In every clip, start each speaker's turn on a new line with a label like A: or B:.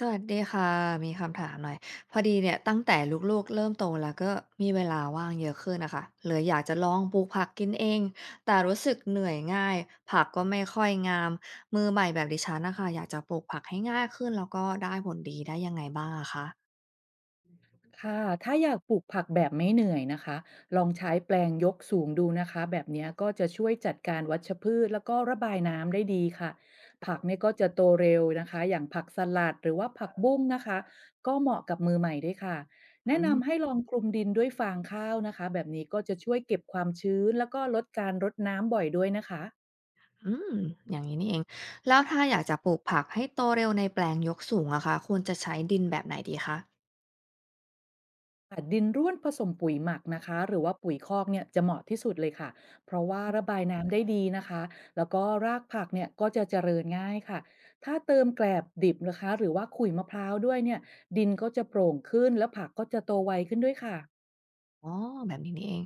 A: สวัสดีค่ะมีคำถามหน่อยพอดีเนี่ยตั้งแต่ลูกๆเริ่มโตแล้วก็มีเวลาว่างเยอะขึ้นนะคะเลยอยากจะลองปลูกผักกินเองแต่รู้สึกเหนื่อยง่ายผักก็ไม่ค่อยงามมือใหม่แบบดิฉันนะคะอยากจะปลูกผักให้ง่ายขึ้นแล้วก็ได้ผลดีได้ยังไงบ้างอะคะ
B: ค่ะถ้าอยากปลูกผักแบบไม่เหนื่อยนะคะลองใช้แปลงยกสูงดูนะคะแบบเนี้ยก็จะช่วยจัดการวัชพืชแล้วก็ระบายน้ำได้ดีค่ะผักเนี่ยก็จะโตเร็วนะคะอย่างผักสลัดหรือว่าผักบุ้งนะคะก็เหมาะกับมือใหม่ด้วยค่ะแนะ
A: อืม
B: นำให้ลองคลุมดินด้วยฟางข้าวนะคะแบบนี้ก็จะช่วยเก็บความชื้นแล้วก็ลดการรดน้ำบ่อยด้วยนะคะ
A: อืมอย่างนี้นี่เองแล้วถ้าอยากจะปลูกผักให้โตเร็วในแปลงยกสูงอะคะควรจะใช้ดินแบบไหนดีคะ
B: ค่ะดินร่วนผสมปุ๋ยหมักนะคะหรือว่าปุ๋ยคอกเนี่ยจะเหมาะที่สุดเลยค่ะเพราะว่าระบายน้ำได้ดีนะคะแล้วก็รากผักเนี่ยก็จะเจริญง่ายค่ะถ้าเติมแกลบดิบนะคะหรือว่าขุยมะพร้าวด้วยเนี่ยดินก็จะโปร่งขึ้นแล้วผักก็จะโตไวขึ้นด้วยค่ะ
A: อ๋อแบบนี้นี่เอง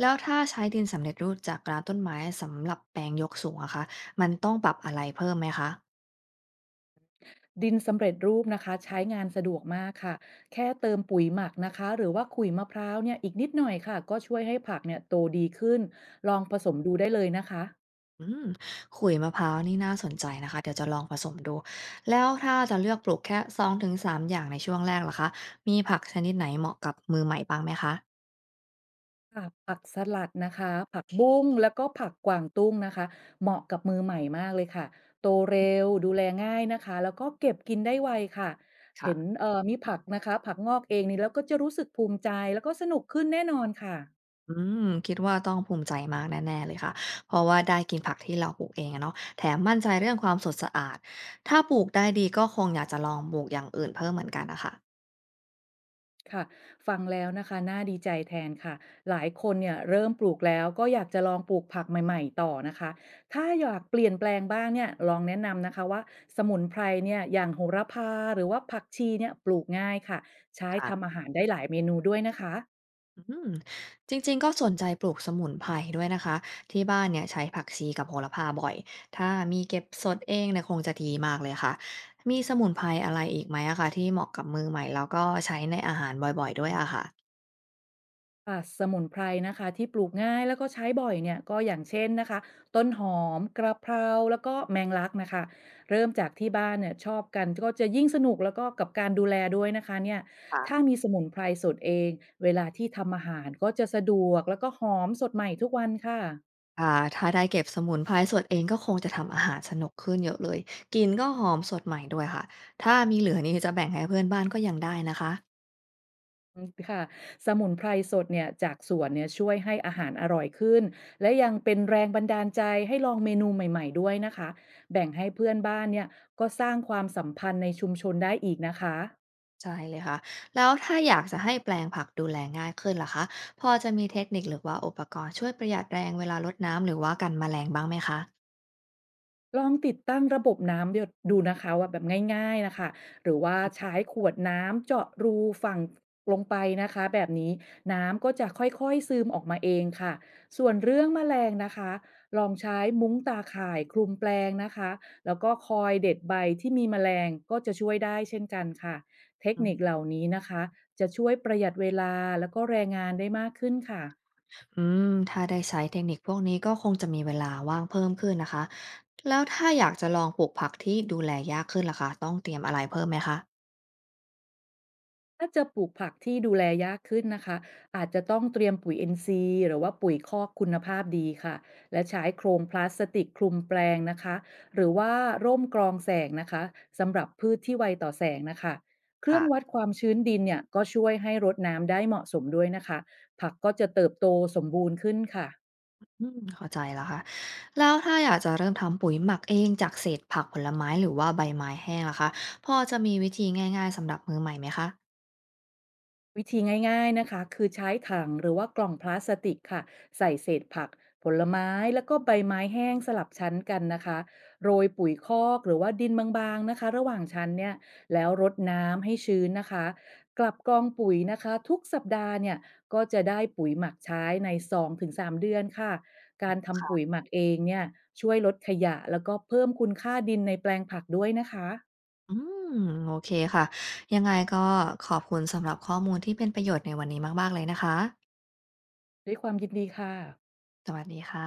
A: แล้วถ้าใช้ดินสำเร็จรูปจากร้านต้นไม้สำหรับแปลงยกสูงอะคะมันต้องปรับอะไรเพิ่มไหมคะ
B: ดินสำเร็จรูปนะคะใช้งานสะดวกมากค่ะแค่เติมปุ๋ยหมักนะคะหรือว่าขุยมะพร้าวเนี่ยอีกนิดหน่อยค่ะก็ช่วยให้ผักเนี่ยโตดีขึ้นลองผสมดูได้เลยนะคะ
A: อืมขุยมะพร้าวนี่น่าสนใจนะคะเดี๋ยวจะลองผสมดูแล้วถ้าจะเลือกปลูกแค่2-3อย่างในช่วงแรกล่ะคะมีผักชนิดไหนเหมาะกับมือใหม่บ้างไหมคะ
B: ค่ะผักสลัดนะคะผักบุ้งแล้วก็ผักกวางตุ้งนะคะเหมาะกับมือใหม่มากเลยค่ะโตเร็วดูแลง่ายนะคะแล้วก็เก็บกินได้ไวค่ะเห็น
A: ค่ะ
B: มีผักนะคะผักงอกเองนี่แล้วก็จะรู้สึกภูมิใจแล้วก็สนุกขึ้นแน่นอนค่ะ
A: อืมคิดว่าต้องภูมิใจมากแน่ๆเลยค่ะเพราะว่าได้กินผักที่เราปลูกเองอะเนาะแถมมั่นใจเรื่องความสดสะอาดถ้าปลูกได้ดีก็คงอยากจะลองปลูกอย่างอื่นเพิ่มเหมือนกันนะคะ
B: ค่ะฟังแล้วนะคะน่าดีใจแทนค่ะหลายคนเนี่ยเริ่มปลูกแล้วก็อยากจะลองปลูกผักใหม่ๆต่อนะคะถ้าอยากเปลี่ยนแปลงบ้างเนี่ยลองแนะนำนะคะว่าสมุนไพรเนี่ยอย่างโหระพาหรือว่าผักชีเนี่ยปลูกง่ายค่ะใช้ทำ
A: ค่ะ
B: อาหารได้หลายเมนูด้วยนะคะ
A: อืมจริงๆก็สนใจปลูกสมุนไพรด้วยนะคะที่บ้านเนี่ยใช้ผักชีกับโหระพาบ่อยถ้ามีเก็บสดเองเนี่ยคงจะดีมากเลยค่ะมีสมุนไพรอะไรอีกไหมอะคะที่เหมาะกับมือใหม่แล้วก็ใช้ในอาหารบ่อยๆด้วยอะค่ะ
B: ค่ะสมุนไพรนะคะที่ปลูกง่ายแล้วก็ใช้บ่อยเนี่ยก็อย่างเช่นนะคะต้นหอมกระเพราแล้วก็แมงลักนะคะเริ่มจากที่บ้านเนี่ยชอบกันก็จะยิ่งสนุกแล้วก็กับการดูแลด้วยนะคะเนี่ย
A: ค่ะ
B: ถ้ามีสมุนไพรสดเองเวลาที่ทำอาหารก็จะสะดวกแล้วก็หอมสดใหม่ทุกวันค่ะ
A: ถ้าได้เก็บสมุนไพรสดเองก็คงจะทำอาหารสนุกขึ้นเยอะเลยกินก็หอมสดใหม่ด้วยค่ะถ้ามีเหลือนี่จะแบ่งให้เพื่อนบ้านก็ยังได้นะคะ
B: อืมค่ะสมุนไพรสดเนี่ยจากสวนเนี่ยช่วยให้อาหารอร่อยขึ้นและยังเป็นแรงบันดาลใจให้ลองเมนูใหม่ๆด้วยนะคะแบ่งให้เพื่อนบ้านเนี่ยก็สร้างความสัมพันธ์ในชุมชนได้อีกนะคะ
A: ใช่เลยค่ะแล้วถ้าอยากจะให้แปลงผักดูแลง่ายขึ้นล่ะคะพอจะมีเทคนิคหรือว่าอุปกรณ์ช่วยประหยัดแรงเวลารดน้ำหรือว่ากันแมลงบ้างไหมคะ
B: ลองติดตั้งระบบน้ำหยดดูนะคะว่าแบบง่ายๆนะคะหรือว่าใช้ขวดน้ำเจาะรูฝั่งลงไปนะคะแบบนี้น้ำก็จะค่อยๆซึมออกมาเองค่ะส่วนเรื่องแมลงนะคะลองใช้มุ้งตาข่ายคลุมแปลงนะคะแล้วก็คอยเด็ดใบที่มีแมลงก็จะช่วยได้เช่นกันค่ะเทค
A: อื
B: นิค
A: ม
B: เหล่านี้นะคะจะช่วยประหยัดเวลาแล้วก็แรงงานได้มากขึ้นค่ะ
A: อืมถ้าได้ใช้เทคนิคพวกนี้ก็คงจะมีเวลาว่างเพิ่มขึ้นนะคะแล้วถ้าอยากจะลองปลูกผักที่ดูแลยากขึ้นล่ะคะต้องเตรียมอะไรเพิ่มไหมคะ
B: ถ้าจะปลูกผักที่ดูแลยากขึ้นนะคะอาจจะต้องเตรียมปุ๋ย NC หรือว่าปุ๋ยคอกคุณภาพดีค่ะและใช้โครงพลาสติกคลุมแปลงนะคะหรือว่าร่มกรองแสงนะคะสำหรับพืชที่ไวต่อแสงนะคะเครื่อ
A: ค่ะ
B: งวัดความชื้นดินเนี่ยก็ช่วยให้รดน้ำได้เหมาะสมด้วยนะคะผักก็จะเติบโตสมบูรณ์ขึ้นค่ะ
A: อืมเข้าใจแล้วค่ะแล้วถ้าอยากจะเริ่มทำปุ๋ยหมักเองจากเศษผักผลไม้หรือว่าใบไม้แห้งล่ะคะพอจะมีวิธีง่ายๆสำหรับมือใหม่ไหมคะ
B: วิธีง่ายๆนะคะคือใช้ถังหรือว่ากล่องพลาสติกค่ะใส่เศษผักผลไม้แล้วก็ใบไม้แห้งสลับชั้นกันนะคะโรยปุ๋ยคอกหรือว่าดินบางๆนะคะระหว่างชั้นเนี่ยแล้วรดน้ำให้ชื้นนะคะกลับกองปุ๋ยนะคะทุกสัปดาห์เนี่ยก็จะได้ปุ๋ยหมักใช้ใน2-3เดือนค่ะการทำปุ๋ยหมักเองเนี่ยช่วยลดขยะแล้วก็เพิ่มคุณค่าดินในแปลงผักด้วยนะคะ
A: อืมโอเคค่ะยังไงก็ขอบคุณสำหรับข้อมูลที่เป็นประโยชน์ในวันนี้มากๆเลยนะคะ
B: ด้วยความยินดีค่ะ
A: สวัสดีค่ะ